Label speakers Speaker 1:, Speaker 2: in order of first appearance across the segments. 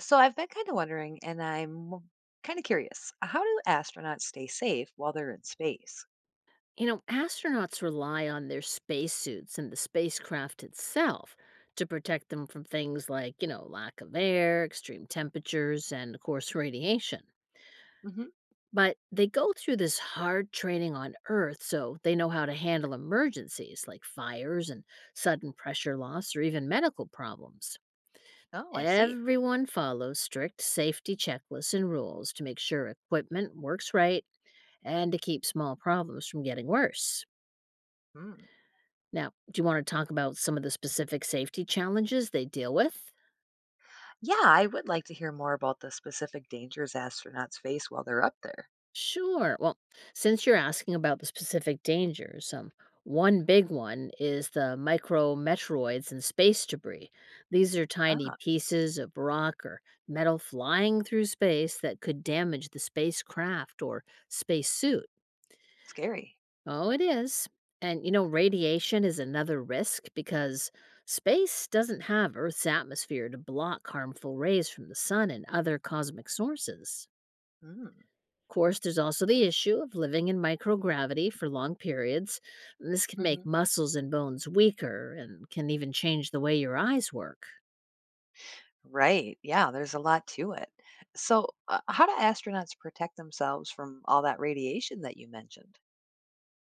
Speaker 1: So I've been kind of wondering, and I'm kind of curious. How do astronauts stay safe while they're in space?
Speaker 2: Astronauts rely on their spacesuits and the spacecraft itself to protect them from things like, lack of air, extreme temperatures, and of course, radiation.
Speaker 1: Hmm.
Speaker 2: But they go through this hard training on Earth so they know how to handle emergencies like fires and sudden pressure loss or even medical problems.
Speaker 1: Oh, I see.
Speaker 2: Everyone follows strict safety checklists and rules to make sure equipment works right and to keep small problems from getting worse.
Speaker 1: Hmm.
Speaker 2: Now, do you want to talk about some of the specific safety challenges they deal with?
Speaker 1: Yeah, I would like to hear more about the specific dangers astronauts face while they're up there.
Speaker 2: Sure. Well, since you're asking about the specific dangers, one big one is the micrometeoroids and space debris. These are tiny
Speaker 1: Ah,
Speaker 2: pieces of rock or metal flying through space that could damage the spacecraft or spacesuit.
Speaker 1: scary.
Speaker 2: Oh, it is. And you know, radiation is another risk because space doesn't have Earth's atmosphere to block harmful rays from the sun and other cosmic sources.
Speaker 1: Hmm.
Speaker 2: Of course, there's also the issue of living in microgravity for long periods. And This can
Speaker 1: Hmm.
Speaker 2: make muscles and bones weaker and can even change the way your eyes work.
Speaker 1: Right. Yeah, there's a lot to it. So, how do astronauts protect themselves from all that radiation that you mentioned?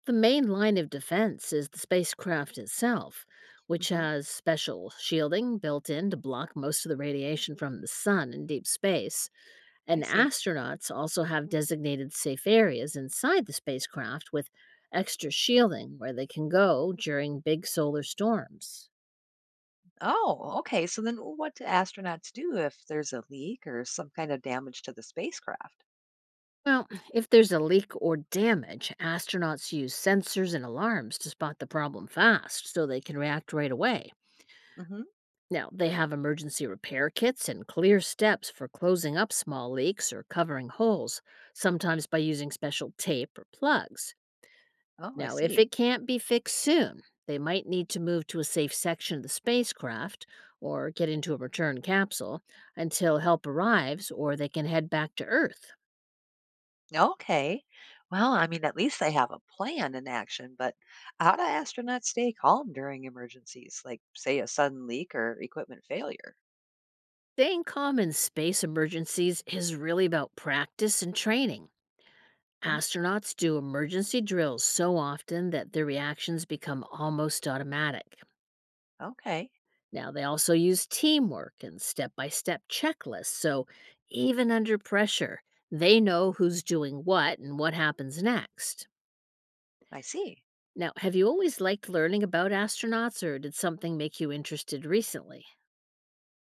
Speaker 2: The main line of defense is the spacecraft itself, which
Speaker 1: Hmm.
Speaker 2: has special shielding built in to block most of the radiation from the sun in deep space.
Speaker 1: I
Speaker 2: And
Speaker 1: see.
Speaker 2: astronauts also have designated safe areas inside the spacecraft with extra shielding where they can go during big solar storms.
Speaker 1: Oh, okay. So then what do astronauts do if there's a leak or some kind of damage to the spacecraft?
Speaker 2: Well, if there's a leak or damage, astronauts use sensors and alarms to spot the problem fast so they can react right away.
Speaker 1: Hmm.
Speaker 2: Now, they have emergency repair kits and clear steps for closing up small leaks or covering holes, sometimes by using special tape or plugs.
Speaker 1: Oh, I
Speaker 2: Now, if
Speaker 1: see.
Speaker 2: it can't be fixed soon, they might need to move to a safe section of the spacecraft or get into a return capsule until help arrives or they can head back to Earth.
Speaker 1: Okay. Well, I mean, at least they have a plan in action, but how do astronauts stay calm during emergencies, like, say, a sudden leak or equipment failure?
Speaker 2: Staying calm in space emergencies is really about practice and training.
Speaker 1: Hmm.
Speaker 2: Astronauts do emergency drills so often that their reactions become almost automatic.
Speaker 1: Okay,
Speaker 2: Now, they also use teamwork and step by step checklists, so even under pressure, they know who's doing what and what happens next.
Speaker 1: I see.
Speaker 2: Now, have you always liked learning about astronauts, or did something make you interested recently?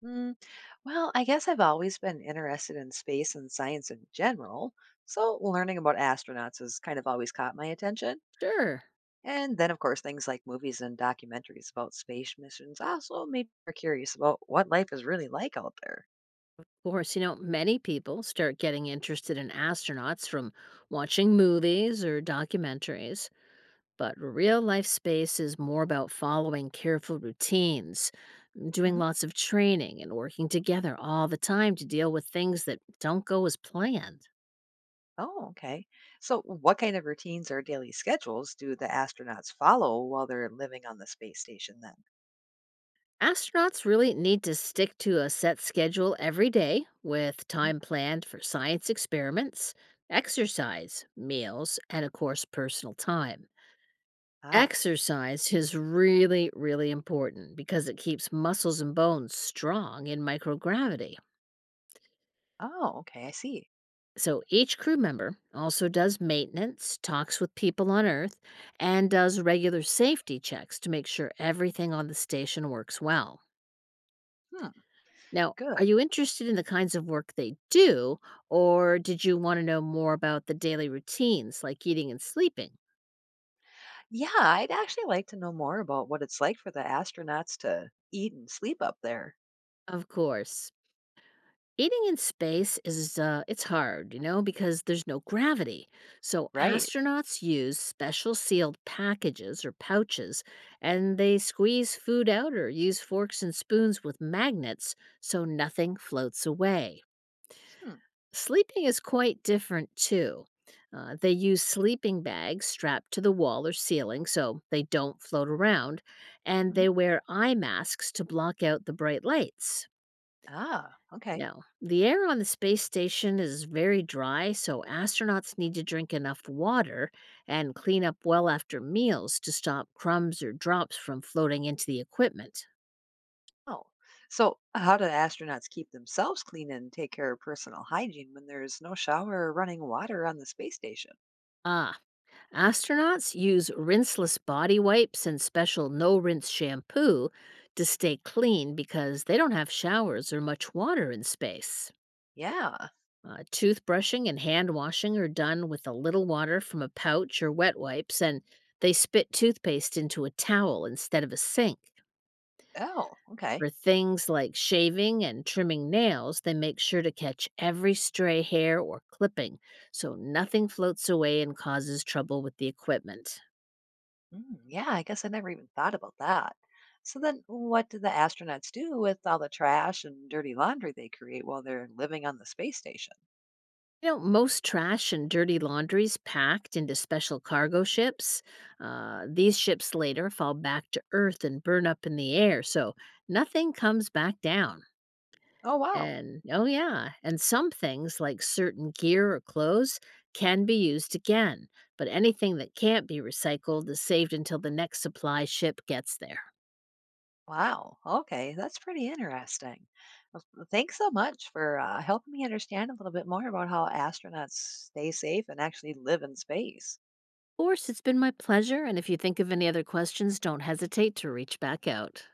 Speaker 1: Mm, well, I guess I've always been interested in space and science in general, so learning about astronauts has kind of always caught my attention.
Speaker 2: Sure.
Speaker 1: And then, of course, things like movies and documentaries about space missions also made me curious about what life is really like out there.
Speaker 2: Of course, many people start getting interested in astronauts from watching movies or documentaries. But real life space is more about following careful routines, doing
Speaker 1: Mm-hmm.
Speaker 2: lots of training, and working together all the time to deal with things that don't go as planned.
Speaker 1: Oh, okay. So, what kind of routines or daily schedules do the astronauts follow while they're living on the space station then?
Speaker 2: Astronauts really need to stick to a set schedule every day with
Speaker 1: Mhm.
Speaker 2: time planned for science experiments, exercise, meals, and of course, personal time.
Speaker 1: Ah,
Speaker 2: Exercise is really, really important because it keeps muscles and bones strong in microgravity.
Speaker 1: oh, okay, I see.
Speaker 2: So each crew member also does maintenance, talks with people on Earth, and does regular safety checks to make sure everything on the station works well.
Speaker 1: Hmm,
Speaker 2: Now, are
Speaker 1: good.
Speaker 2: you interested in the kinds of work they do, or did you want to know more about the daily routines like eating and sleeping?
Speaker 1: Yeah, I'd actually like to know more about what it's like for the astronauts to eat and sleep up there.
Speaker 2: Of course. Eating in space is it's hard, because there's no gravity. So
Speaker 1: Right.
Speaker 2: astronauts use special sealed packages or pouches, and they squeeze food out or use forks and spoons with magnets so nothing floats away.
Speaker 1: Hmm.
Speaker 2: Sleeping is quite different too. They use sleeping bags strapped to the wall or ceiling so they don't float around, and
Speaker 1: Mhm.
Speaker 2: they wear eye masks to block out the bright lights.
Speaker 1: Ah, okay.
Speaker 2: Now, the air on the space station is very dry, so astronauts need to drink enough water and clean up well after meals to stop crumbs or drops from floating into the equipment.
Speaker 1: Oh. So, how do astronauts keep themselves clean and take care of personal hygiene when there's no shower or running water on the space station?
Speaker 2: Ah, astronauts use rinseless body wipes and special no rinse shampoo to stay clean because they don't have showers or much water in space.
Speaker 1: Yeah.
Speaker 2: Toothbrushing and hand washing are done with a little water from a pouch or wet wipes, and they spit toothpaste into a towel instead of a sink.
Speaker 1: Oh, okay.
Speaker 2: For things like shaving and trimming nails, they make sure to catch every stray hair or clipping so nothing floats away and causes trouble with the equipment.
Speaker 1: Mm, yeah, I guess I never even thought about that. So then, what do the astronauts do with all the trash and dirty laundry they create while they're living on the space station?
Speaker 2: Most trash and dirty laundries packed into special cargo ships. These ships later fall back to Earth and burn up in the air, so nothing comes back down.
Speaker 1: Oh, wow.
Speaker 2: And oh, yeah. And some things like certain gear or clothes can be used again, but anything that can't be recycled is saved until the next supply ship gets there. Of
Speaker 1: Wow. Okay, that's pretty interesting. Well, thanks so much for helping me understand a little bit more about how astronauts stay safe and actually live in space.
Speaker 2: course, it's been my pleasure. And if you think of any other questions, don't hesitate to reach back out.